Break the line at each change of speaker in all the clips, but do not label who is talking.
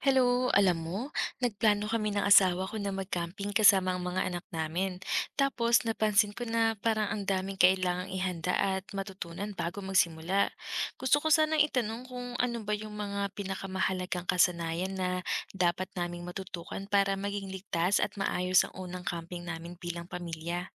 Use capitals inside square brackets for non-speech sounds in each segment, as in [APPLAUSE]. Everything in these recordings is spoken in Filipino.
Hello, alam mo, nagplano kami ng asawa ko na mag-camping kasama ang mga anak namin. Tapos napansin ko na parang ang daming kailangang ihanda at matutunan bago magsimula. Gusto ko sanang itanong kung ano ba yung mga pinakamahalagang kasanayan na dapat naming matutukan para maging ligtas at maayos ang unang camping namin bilang pamilya.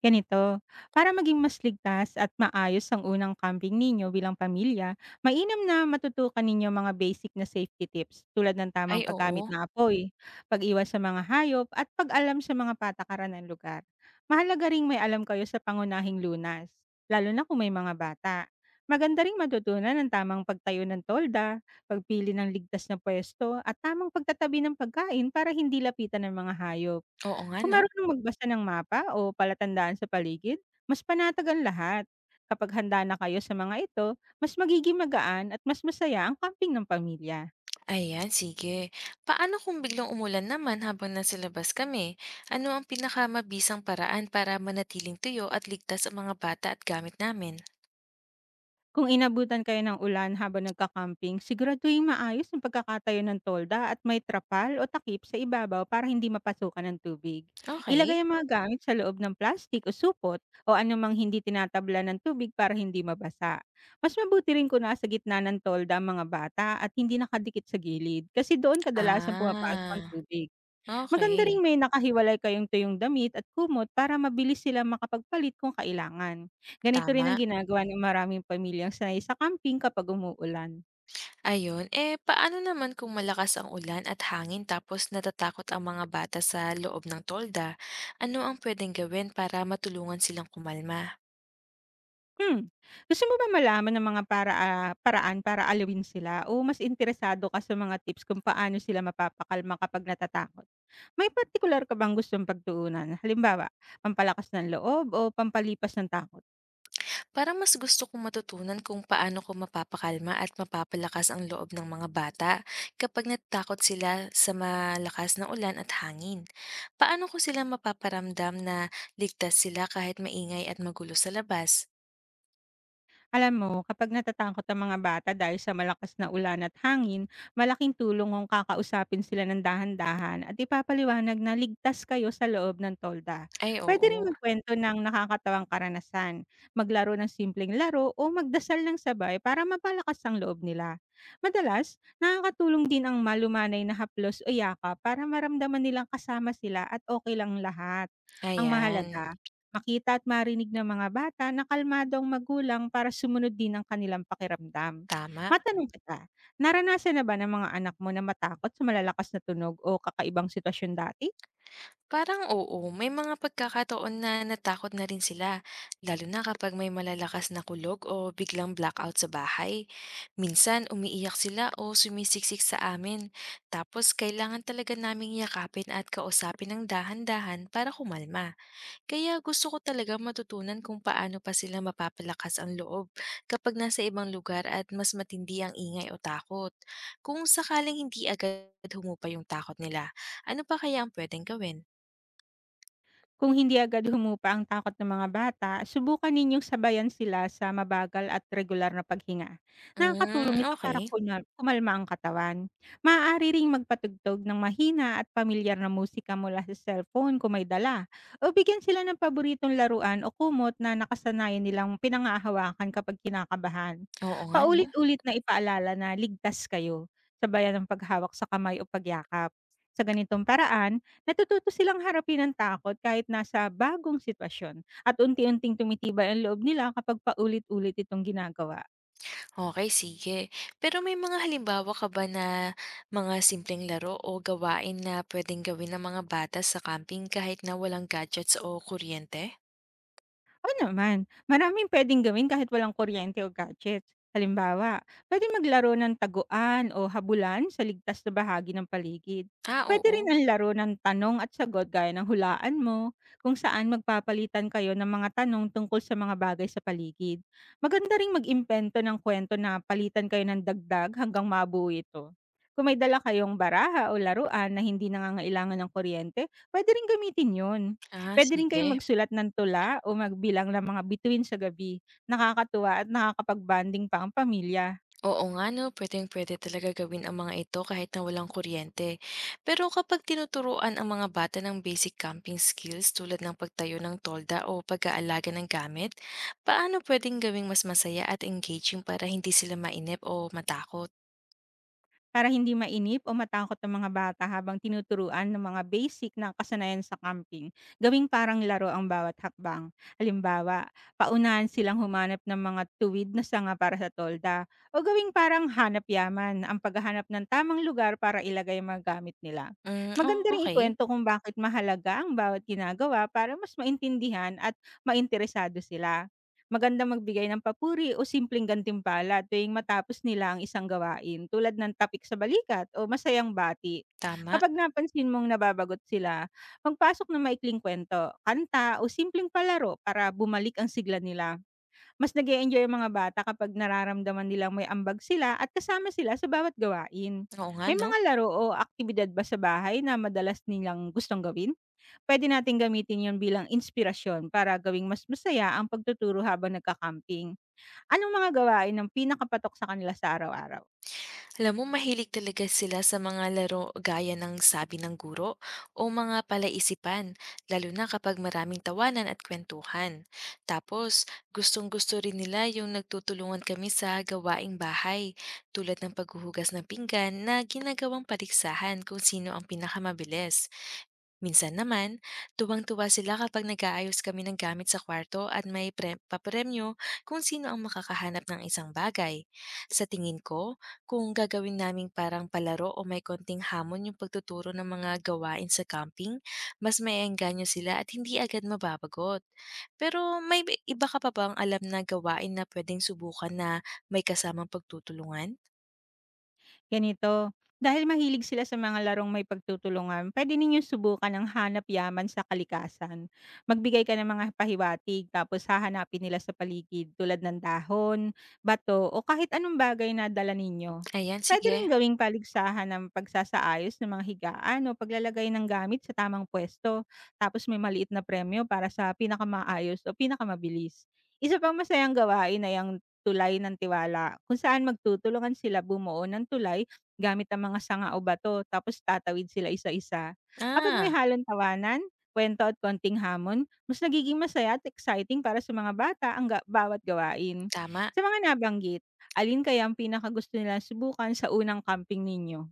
Ganito, para maging mas ligtas at maayos ang unang camping ninyo bilang pamilya, mainam na matutukan ninyo mga basic na safety tips tulad ng tamang
Ay,
paggamit
oo.
ng apoy, pag-iwas sa mga hayop at pag-alam sa mga patakaran ng lugar. Mahalaga ring may alam kayo sa pangunahing lunas, lalo na kung may mga bata. Maganda ring matutunan ang tamang pagtayo ng tolda, pagpili ng ligtas na pwesto at tamang pagtatabi ng pagkain para hindi lapitan ng mga hayop.
Oo nga,
Kung
no?
marunong magbasa ng mapa o palatandaan sa paligid, mas panatag ang lahat. Kapag handa na kayo sa mga ito, mas magiging magaan at mas masaya ang camping ng pamilya.
Ayan, sige. Paano kung biglang umulan naman habang nasa labas kami? Ano ang pinakamabisang paraan para manatiling tuyo at ligtas ang mga bata at gamit namin?
Kung inabutan kayo ng ulan habang nagka-camping, siguraduhing maayos ang pagkakatayo ng tolda at may trapal o takip sa ibabaw para hindi mapasukan ng tubig.
Okay.
Ilagay ang mga gamit sa loob ng plastic o supot o anumang hindi tinatabla ng tubig para hindi mabasa. Mas mabuti rin kung nasa gitna ng tolda ang mga bata at hindi nakadikit sa gilid kasi doon kadalasang pumapasok ang
Ah,
tubig. Maganda
okay.
ring may nakahiwalay kayong tuyong damit at kumot para mabilis sila makapagpalit kung kailangan. Ganito rin ang
Tama.
ginagawa ng maraming pamilyang sanay sa camping kapag umuulan.
Ayun, eh paano naman kung malakas ang ulan at hangin tapos natatakot ang mga bata sa loob ng tolda? Ano ang pwedeng gawin para matulungan silang kumalma?
Hmm, Gusto mo ba malaman ng mga paraan para alawin sila o mas interesado ka sa mga tips kung paano sila mapapakalma kapag natatakot? May particular ka bang gustong pagtuunan? Halimbawa, pampalakas ng loob o pampalipas ng takot?
Parang mas gusto kong matutunan kung paano ko mapapakalma at mapapalakas ang loob ng mga bata kapag natatakot sila sa malakas na ulan at hangin. Paano ko sila mapaparamdam na ligtas sila kahit maingay at magulo sa labas?
Alam mo, kapag natatakot ang mga bata dahil sa malakas na ulan at hangin, malaking tulong kung kakausapin sila ng dahan-dahan at ipapaliwanag na ligtas kayo sa loob ng tolda.
Ay
Pwede rin
oo,
magkwento ng nakakatawang karanasan, maglaro ng simpleng laro o magdasal ng sabay para mapalakas ang loob nila. Madalas, nakakatulong din ang malumanay na haplos o yaka para maramdaman nilang kasama sila at okay lang lahat. Ang
ayan,
mahalaga, makita at marinig ng mga bata na kalmado ang magulang para sumunod din ang kanilang pakiramdam.
tama.
Matanong kita, naranasan na ba ng mga anak mo na matakot sa malalakas na tunog o kakaibang sitwasyon dati?
Parang oo, may mga pagkakataon na natakot na rin sila, lalo na kapag may malalakas na kulog o biglang blackout sa bahay. Minsan umiiyak sila o sumisiksik sa amin, tapos kailangan talaga naming yakapin at kausapin ng dahan-dahan para kumalma. Kaya gusto ko talaga matutunan kung paano pa sila mapapalakas ang loob kapag nasa ibang lugar at mas matindi ang ingay o takot. Kung sakaling hindi agad humupa yung takot nila, ano pa kaya ang pwedeng gawin?
Kung hindi agad humupa ang takot ng mga bata, subukan ninyong sabayan sila sa mabagal at regular na paghinga.
Hmm,
Nakakatulong ito para
okay.
kumalma ang katawan. Maaari ring magpatugtog ng mahina at pamilyar na musika mula sa cellphone kung may dala, o bigyan sila ng paboritong laruan o kumot na nakasanayan nilang pinangahawakan kapag kinakabahan.
Oo nga 'no.
Paulit-ulit na ipaalala na ligtas kayo, sabayan ng paghawak sa kamay o pagyakap. Sa ganitong paraan, natututo silang harapin ang takot kahit nasa bagong sitwasyon at unti-unting tumitibay ang loob nila kapag paulit-ulit itong ginagawa.
Okay, sige. Pero may mga halimbawa ka ba na mga simpleng laro o gawain na pwedeng gawin ng mga bata sa camping kahit na walang gadgets o kuryente?
Oo naman, maraming puwedeng gawin kahit walang kuryente o gadgets. Halimbawa, puwedeng maglaro ng taguan o habulan sa ligtas na bahagi ng paligid.
Ah,
Puwede rin
oo.
ang laro ng tanong at sagot gaya ng hulaan mo, kung saan magpapalitan kayo ng mga tanong tungkol sa mga bagay sa paligid. Maganda ring mag-impento ng kwento na palitan kayo ng dagdag hanggang mabuo ito. Kung may dala kayong baraha o laruan na hindi nangangailangan ng kuryente, puwede ring gamitin 'yon.
Ah,
Puwede rin kayong
sige.
magsulat ng tula o magbilang ng mga bituin sa gabi. Nakakatuwa at nakakapag-bonding pa ang pamilya.
Oo nga no, pwedeng-pwede talaga gawin ang mga ito kahit na walang kuryente. Pero kapag tinuturuan ang mga bata ng basic camping skills tulad ng pagtayo ng tolda o pag-aalaga ng gamit, paano pwedeng gawing mas masaya at engaging para hindi sila mainip o matakot?
Para hindi mainip o matakot ang mga bata habang tinuturuan ng mga basic na kasanayan sa camping, gawing parang laro ang bawat hakbang. Halimbawa, paunahan silang humanap ng mga tuwid na sanga para sa tolda o gawing parang hanap yaman ang paghahanap ng tamang lugar para ilagay ang mga gamit nila.
Mm,
Maganda rin
okay,
ikwento kung bakit mahalaga ang bawat ginagawa para mas maintindihan at mainteresado sila. Magandang magbigay ng papuri o simpleng gantimpala tuwing matapos nila ang isang gawain, tulad ng tapik sa balikat o masayang bati.
tama.
Kapag napansin mong nababagot sila, magpasok ng maikling kwento, kanta o simpleng palaro para bumalik ang sigla nila. Mas nag enjoy ang mga bata kapag nararamdaman nilang may ambag sila at kasama sila sa bawat gawain.
Oo nga
May
no.
mga laro o aktibidad ba sa bahay na madalas nilang gustong gawin? Puwede nating gamitin 'yon bilang inspirasyon para gawing mas masaya ang pagtuturo habang nagka-camping. Anong mga gawain ang pinakapatok sa kanila sa araw-araw?
Alam mo, mahilig talaga sila sa mga laro gaya ng sabi ng guro o mga palaisipan, lalo na kapag maraming tawanan at kwentuhan. Tapos, gustong-gusto rin nila yung nagtutulungan kami sa gawaing bahay, tulad ng paghuhugas ng pinggan na ginagawang paligsahan kung sino ang pinakamabilis. Minsan naman, tuwang-tuwa sila kapag nag-aayos kami ng gamit sa kwarto at may papremyo kung sino ang makakahanap ng isang bagay. Sa tingin ko, kung gagawin naming parang palaro o may konting hamon yung pagtuturo ng mga gawain sa camping, mas maiengganyo sila at hindi agad mababagot. Pero may iba ka pa bang alam na gawain na pwedeng subukan na may kasamang pagtutulungan?
Ganito, dahil mahilig sila sa mga larong may pagtutulungan, pwede ninyong subukan ang hanap yaman sa kalikasan. Magbigay ka ng mga pahiwatig, tapos hahanapin nila sa paligid tulad ng dahon, bato o kahit anong bagay na dala ninyo.
Ayan,
Pwede rin
sige.
gawing paligsahan ng pagsasaayos ng mga higaan o paglalagay ng gamit sa tamang pwesto. Tapos may maliit na premyo para sa pinakamaayos o pinakamabilis. Isa pang masayang gawain ay ang tulay ng tiwala, kung saan magtutulungan sila bumuo ng tulay gamit ang mga sanga o bato, tapos tatawid sila isa-isa. Kapag may
Ah,
halong tawanan, kwento at konting hamon, mas nagiging masaya at exciting para sa mga bata ang bawat gawain.
tama.
Sa mga nabanggit, alin kaya ang pinakagusto nila subukan sa unang camping ninyo?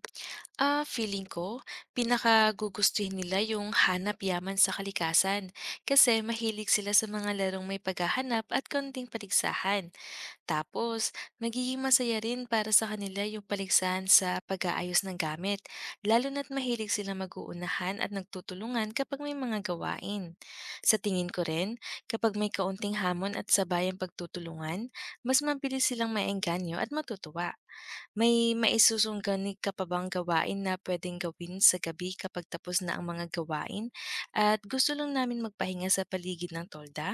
Ah, feeling ko, pinakagugustuhin nila yung hanap yaman sa kalikasan kasi mahilig sila sa mga larong may paghahanap at konting paligsahan. Tapos, magiging masaya rin para sa kanila yung paligsahan sa pag-aayos ng gamit, lalo na't mahilig sila mag-uunahan at nagtutulungan kapag may mga gawain. Sa tingin ko rin, kapag may kaunting hamon at sabayang pagtutulungan, mas mabilis silang maengganyo at matutuwa. May maisusungganig ka pa bang gawain na pwedeng gawin sa gabi kapag tapos na ang mga gawain? At gusto lang namin magpahinga sa paligid ng tolda.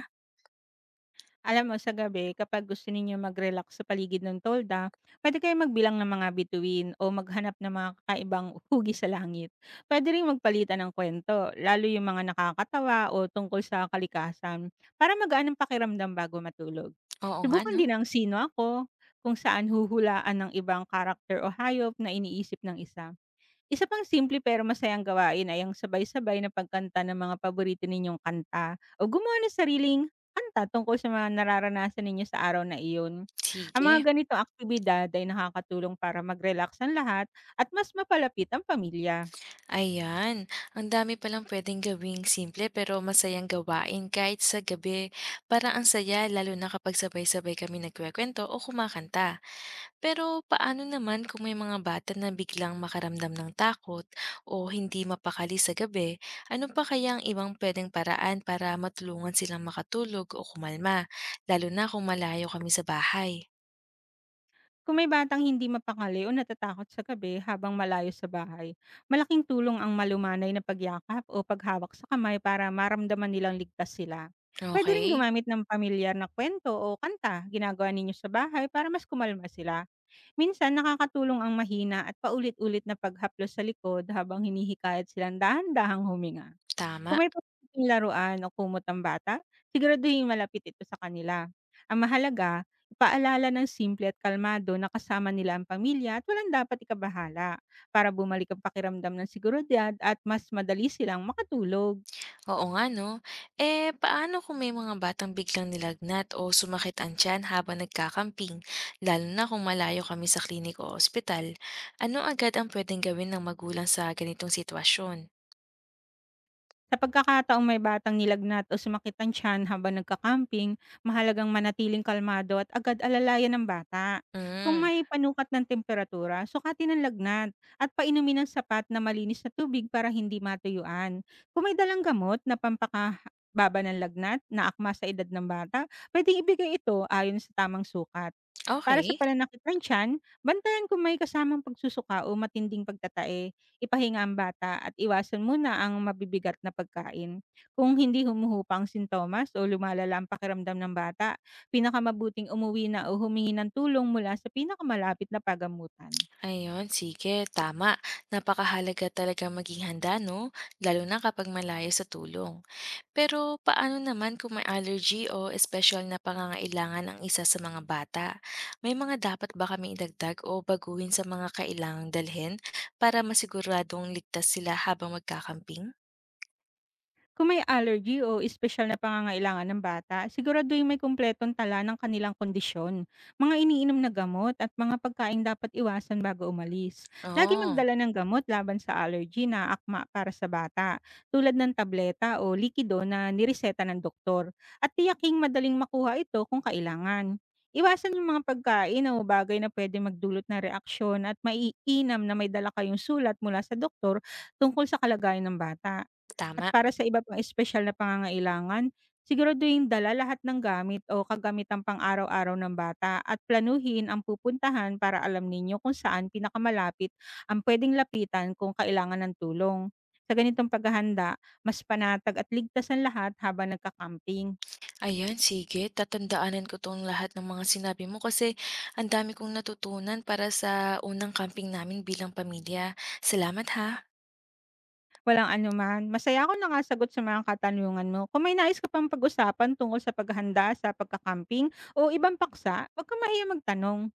Alam mo, sa gabi kapag gusto ninyo mag-relax sa paligid ng tolda, pwede kayo magbilang ng mga bituin o maghanap ng mga kakaibang [LAUGHS] hugis sa langit. Pwede ring magpalitan ng kwento, lalo yung mga nakakatawa o tungkol sa kalikasan, para magaan ang pakiramdam bago matulog.
Oo nga
Subukan
'no?
din ang "Sino Ako?", kung saan huhulaan ng ibang karakter o hayop na iniisip ng isa. Isa pang simple pero masayang gawain ay ang sabay-sabay na pagkanta ng mga paborito ninyong kanta o gumawa ng sariling kanta tungkol sa mga nararanasan ninyo sa araw na iyon. Ang mga
Sige,
ganitong aktibidad ay nakakatulong para mag-relax ang lahat at mas mapalapit ang pamilya.
ayan. Ang dami palang pwedeng gawing simple pero masayang gawain kahit sa gabi. Parang ang saya lalo na kapag sabay-sabay kami nagkukuwento o kumakanta. Pero paano naman kung may mga bata na biglang makaramdam ng takot o hindi mapakali sa gabi? Ano pa kaya ang ibang pwedeng paraan para matulungan silang makatulog o kumalma, lalo na kung malayo kami sa bahay?
Kung may batang hindi mapakali o natatakot sa gabi habang malayo sa bahay, malaking tulong ang malumanay na pagyakap o paghawak sa kamay para maramdaman nilang ligtas sila. Pwede rin
Okay,
gumamit ng pamilyar na kwento o kanta ginagawa ninyo sa bahay para mas kumalma sila. Minsan nakakatulong ang mahina at paulit-ulit na paghaplos sa likod habang hinihikayat silang dahan-dahang huminga.
tama.
Kung may paboritong laruan o kumot ang bata, siguraduhing malapit ito sa kanila. Ang mahalaga, ipaalala ng simple at kalmado na kasama nila ang pamilya at walang dapat ikabahala para bumalik ang pakiramdam ng seguridad at mas madali silang makatulog.
Oo nga no. Eh, paano kung may mga batang biglang nilagnat o sumakit ang tiyan habang nagkakamping, lalo na kung malayo kami sa klinik o ospital? Ano agad ang pwedeng gawin ng magulang sa ganitong sitwasyon?
Sa pagkakataong may batang nilagnat o sumakit ang tiyan habang nagka-camping, mahalagang manatiling kalmado at agad alalayan ng bata. Kung
Mm,
may panukat ng temperatura, sukatin ang lagnat at painumin ng sapat na malinis na tubig para hindi matuyuan. Kung may dalang gamot na pampakababa ng lagnat na akma sa edad ng bata, pwedeng ibigay ito ayon sa tamang sukat. Para sa
okay.
pananakit ng tiyan, bantayan kung may kasamang pagsusuka o matinding pagtatae, ipahinga ang bata at iwasan muna ang mabibigat na pagkain. Kung hindi humuhupa ang sintomas o lumalala ang pakiramdam ng bata, pinakamabuting umuwi na o humingi ng tulong mula sa pinakamalapit na pagamutan.
Ayun, sige, tama. Napakahalaga talaga maging handa, no? Lalo na kapag malayo sa tulong. Pero paano naman kung may allergy o espesyal na pangangailangan ang isa sa mga bata? May mga dapat ba kami idagdag o baguhin sa mga kailangang dalhin para masiguradong ligtas sila habang magkakamping?
Kung may allergy o espesyal na pangangailangan ng bata, siguraduhin may kumpletong tala ng kanilang kondisyon, mga iniinom na gamot at mga pagkain dapat iwasan bago umalis. Lagi
Oo,
magdala ng gamot laban sa allergy na akma para sa bata, tulad ng tableta o likido na nireseta ng doktor, at tiyaking madaling makuha ito kung kailangan. Iwasan yung mga pagkain o bagay na pwede magdulot ng reaksyon, at maiinam na may dala kayong sulat mula sa doktor tungkol sa kalagayan ng bata. At
tama.
para sa iba pang espesyal na pangangailangan, siguraduhing dala lahat ng gamit o kagamitang pang-araw-araw ng bata at planuhin ang pupuntahan para alam ninyo kung saan pinakamalapit ang pwedeng lapitan kung kailangan ng tulong. Sa ganitong paghahanda, mas panatag at ligtas ang lahat habang nagka-camping.
Ayan, sige. Tatandaanan ko 'tong lahat ng mga sinabi mo kasi ang dami kong natutunan para sa unang camping namin bilang pamilya. Salamat ha.
Walang anuman, masaya ako nakasagot sa mga katanungan mo. Kung may nais ka pang pag-usapan tungkol sa paghahanda sa pagka-camping o ibang paksa, huwag kang mahiyang magtanong.